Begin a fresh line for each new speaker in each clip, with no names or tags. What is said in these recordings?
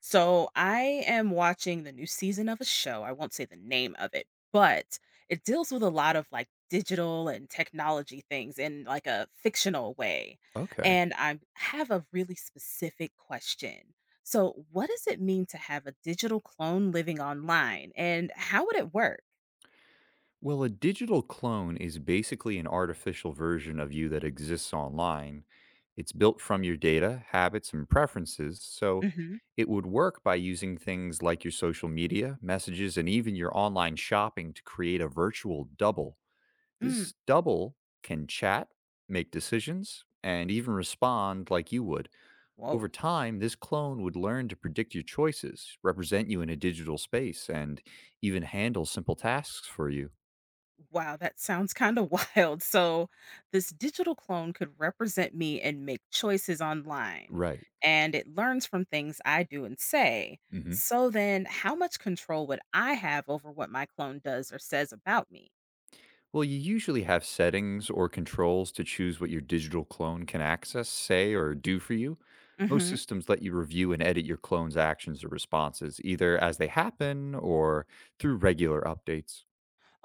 So I am watching the new season of a show. I won't say the name of it, but it deals with a lot of like digital and technology things in like a fictional way.
Okay.
And I have a really specific question. So, what does it mean to have a digital clone living online and how would it work?
Well, a digital clone is basically an artificial version of you that exists online. It's built from your data, habits, and preferences. So
Hmm.
it would work by using things like your social media, messages, and even your online shopping to create a virtual double.
Mm.
This double can chat, make decisions, and even respond like you would. Over
Whoa.
time, this clone would learn to predict your choices, represent you in a digital space, and even handle simple tasks for you.
Wow, that sounds kind of wild. So, this digital clone could represent me and make choices online,
Right.
and it learns from things I do and say.
hmm
So, then how much control would I have over what my clone does or says about me?
Well, you usually have settings or controls to choose what your digital clone can access, say, or do for you. Most
Hmm.
systems let you review and edit your clone's actions or responses, either as they happen or through regular updates.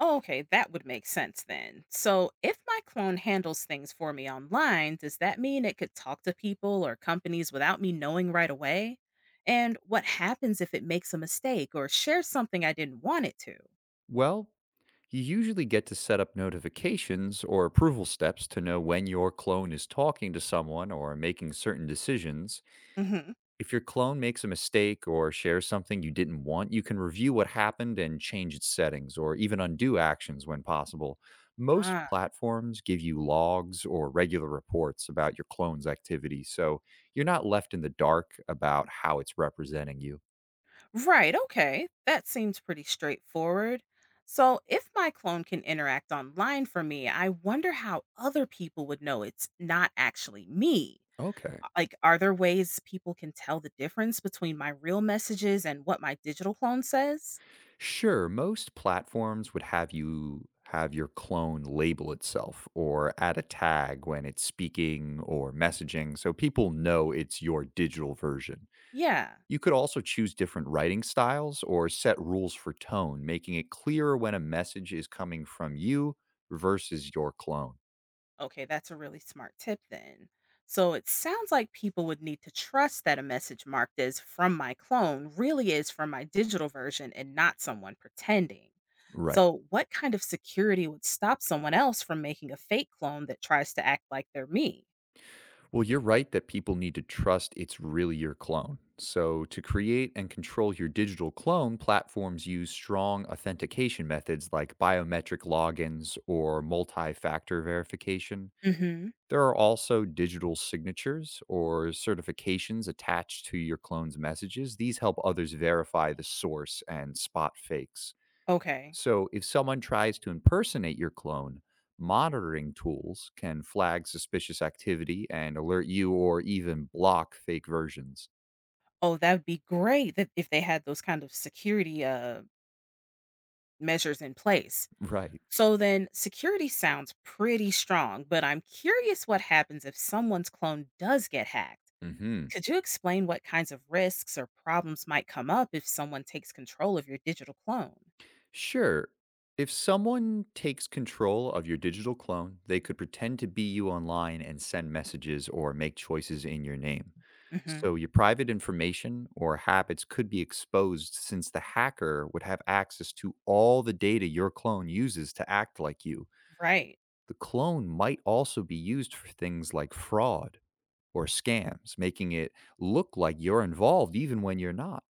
Oh, okay, that would make sense then. So, if my clone handles things for me online, does that mean it could talk to people or companies without me knowing right away? And what happens if it makes a mistake or shares something I didn't want it to?
Well, you usually get to set up notifications or approval steps to know when your clone is talking to someone or making certain decisions.
Hmm.
If your clone makes a mistake or shares something you didn't want, you can review what happened and change its settings or even undo actions when possible. Most
Ah,
platforms give you logs or regular reports about your clone's activity, so you're not left in the dark about how it's representing you.
right. Okay. That seems pretty straightforward. So, if my clone can interact online for me, I wonder how other people would know it's not actually me.
Okay.
Like, are there ways people can tell the difference between my real messages and what my digital clone says?
Sure, most platforms would have you have your clone label itself or add a tag when it's speaking or messaging so people know it's your digital version.
Yeah.
You could also choose different writing styles or set rules for tone, making it clearer when a message is coming from you versus your clone.
Okay, that's a really smart tip then. So it sounds like people would need to trust that a message marked as from my clone really is from my digital version and not someone pretending.
Right.
So, what kind of security would stop someone else from making a fake clone that tries to act like they're me?
Well, you're right that people need to trust it's really your clone. So, to create and control your digital clone, platforms use strong authentication methods like biometric logins or multi factor verification.
Mm-hmm.
There are also digital signatures or certifications attached to your clone's messages. These help others verify the source and spot fakes.
Okay.
So, if someone tries to impersonate your clone, monitoring tools can flag suspicious activity and alert you or even block fake versions.
Oh, that would be great that if they had those kind of security measures in place.
Right.
So then security sounds pretty strong, but I'm curious what happens if someone's clone does get hacked.
Mhm.
Could you explain what kinds of risks or problems might come up if someone takes control of your digital clone?
Sure. If someone takes control of your digital clone, they could pretend to be you online and send messages or make choices in your name.
Hmm.
So your private information or habits could be exposed, since the hacker would have access to all the data your clone uses to act like you.
Right.
The clone might also be used for things like fraud or scams, making it look like you're involved even when you're not.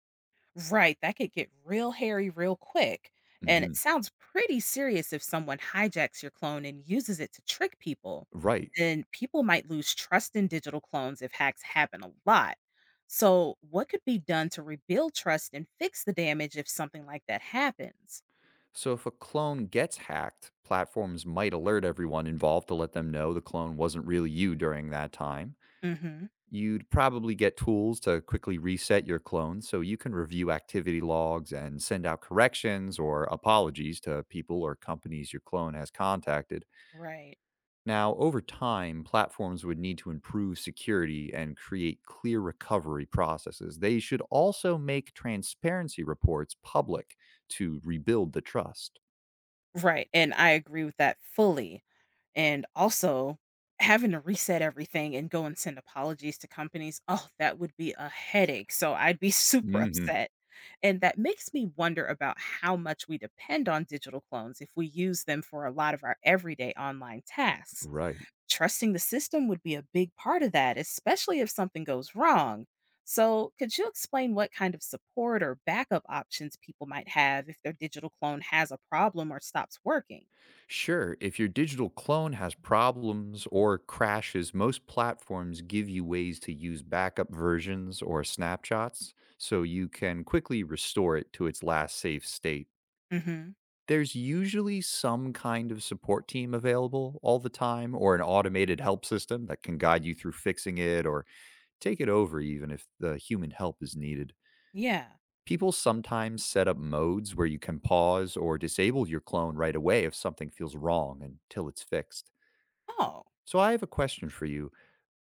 Right. That could get real hairy real quick. And it
Mhm.
sounds pretty serious if someone hijacks your clone and uses it to trick people.
Right.
Then people might lose trust in digital clones if hacks happen a lot. So, what could be done to rebuild trust and fix the damage if something like that happens?
So if a clone gets hacked, platforms might alert everyone involved to let them know the clone wasn't really you during that time.
Hmm.
You'd probably get tools to quickly reset your clone so you can review activity logs and send out corrections or apologies to people or companies your clone has contacted.
Right.
Now, over time, platforms would need to improve security and create clear recovery processes. They should also make transparency reports public to rebuild the trust.
Right. And I agree with that fully. And also having to reset everything and go and send apologies to companies, oh, that would be a headache. So I'd be super upset. And that makes me wonder about how much we depend on digital clones if we use them for a lot of our everyday online tasks.
Right.
Trusting the system would be a big part of that, especially if something goes wrong. So, could you explain what kind of support or backup options people might have if their digital clone has a problem or stops working?
Sure. If your digital clone has problems or crashes, most platforms give you ways to use backup versions or snapshots so you can quickly restore it to its last safe state.
Mhm.
There's usually some kind of support team available all the time, or an automated help system that can guide you through fixing it or take it over, even if the human help is needed.
Yeah.
People sometimes set up modes where you can pause or disable your clone right away if something feels wrong until it's fixed.
Oh.
So I have a question for you.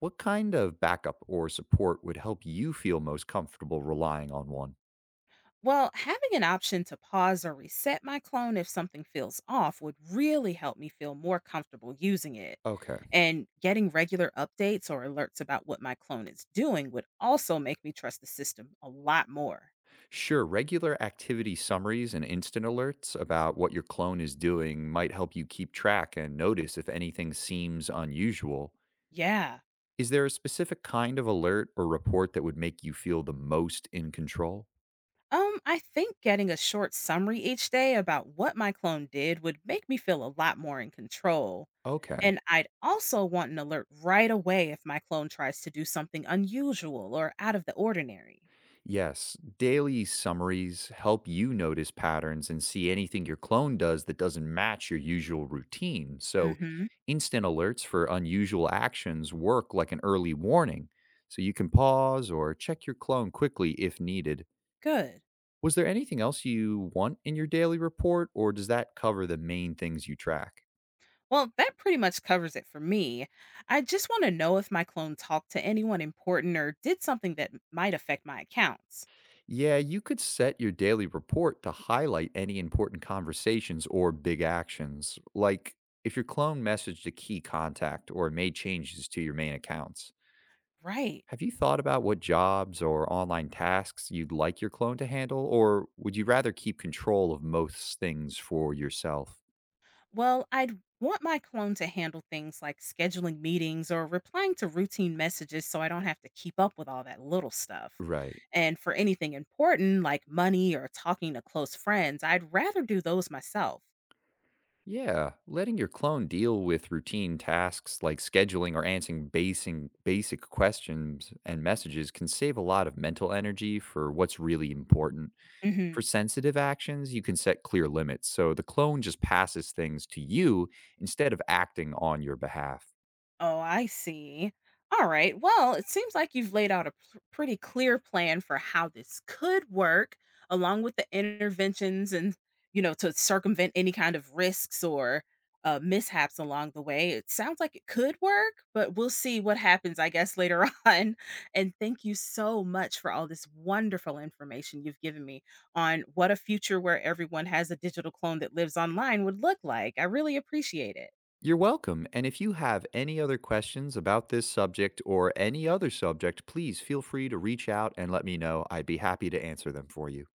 What kind of backup or support would help you feel most comfortable relying on one?
Well, having an option to pause or reset my clone if something feels off would really help me feel more comfortable using it.
Okay.
And getting regular updates or alerts about what my clone is doing would also make me trust the system a lot more.
Sure. Regular activity summaries and instant alerts about what your clone is doing might help you keep track and notice if anything seems unusual.
Yeah.
Is there a specific kind of alert or report that would make you feel the most in control?
I think getting a short summary each day about what my clone did would make me feel a lot more in control.
Okay.
And I'd also want an alert right away if my clone tries to do something unusual or out of the ordinary.
Yes, daily summaries help you notice patterns and see anything your clone does that doesn't match your usual routine. So,
Mm-hmm.
instant alerts for unusual actions work like an early warning. So, you can pause or check your clone quickly if needed.
Good.
Was there anything else you want in your daily report, or does that cover the main things you track?
Well, that pretty much covers it for me. I just want to know if my clone talked to anyone important or did something might affect my accounts.
Yeah, you could set your daily report to highlight any important conversations or big actions, like if your clone messaged a key contact or made changes to your main accounts.
Right.
Have you thought about what jobs or online tasks you'd like your clone to handle, or would you rather keep control of most things for yourself?
Well, I'd want my clone to handle things like scheduling meetings or replying to routine messages so I don't have to keep up with all that little stuff.
Right.
And for anything important like money or talking to close friends, I'd rather do those myself.
Yeah, letting your clone deal with routine tasks like scheduling or answering basing basic questions and messages can save a lot of mental energy for what's really important. For
Mhm.
sensitive actions, you can set clear limits so the clone just passes things to you instead of acting on your behalf.
Oh, I see. All right. Well, it seems like you've laid out a pretty clear plan for how this could work, along with the interventions and, you know, to circumvent any kind of risks or mishaps along the way. It sounds like it could work, but we'll see what happens, I guess, later on. And thank you so much for all this wonderful information you've given me on what a future where everyone has a digital clone that lives online would look like. I really appreciate it.
You're welcome, and if you have any other questions about this subject or any other subject, please feel free to reach out and let me know. I'd be happy to answer them for you.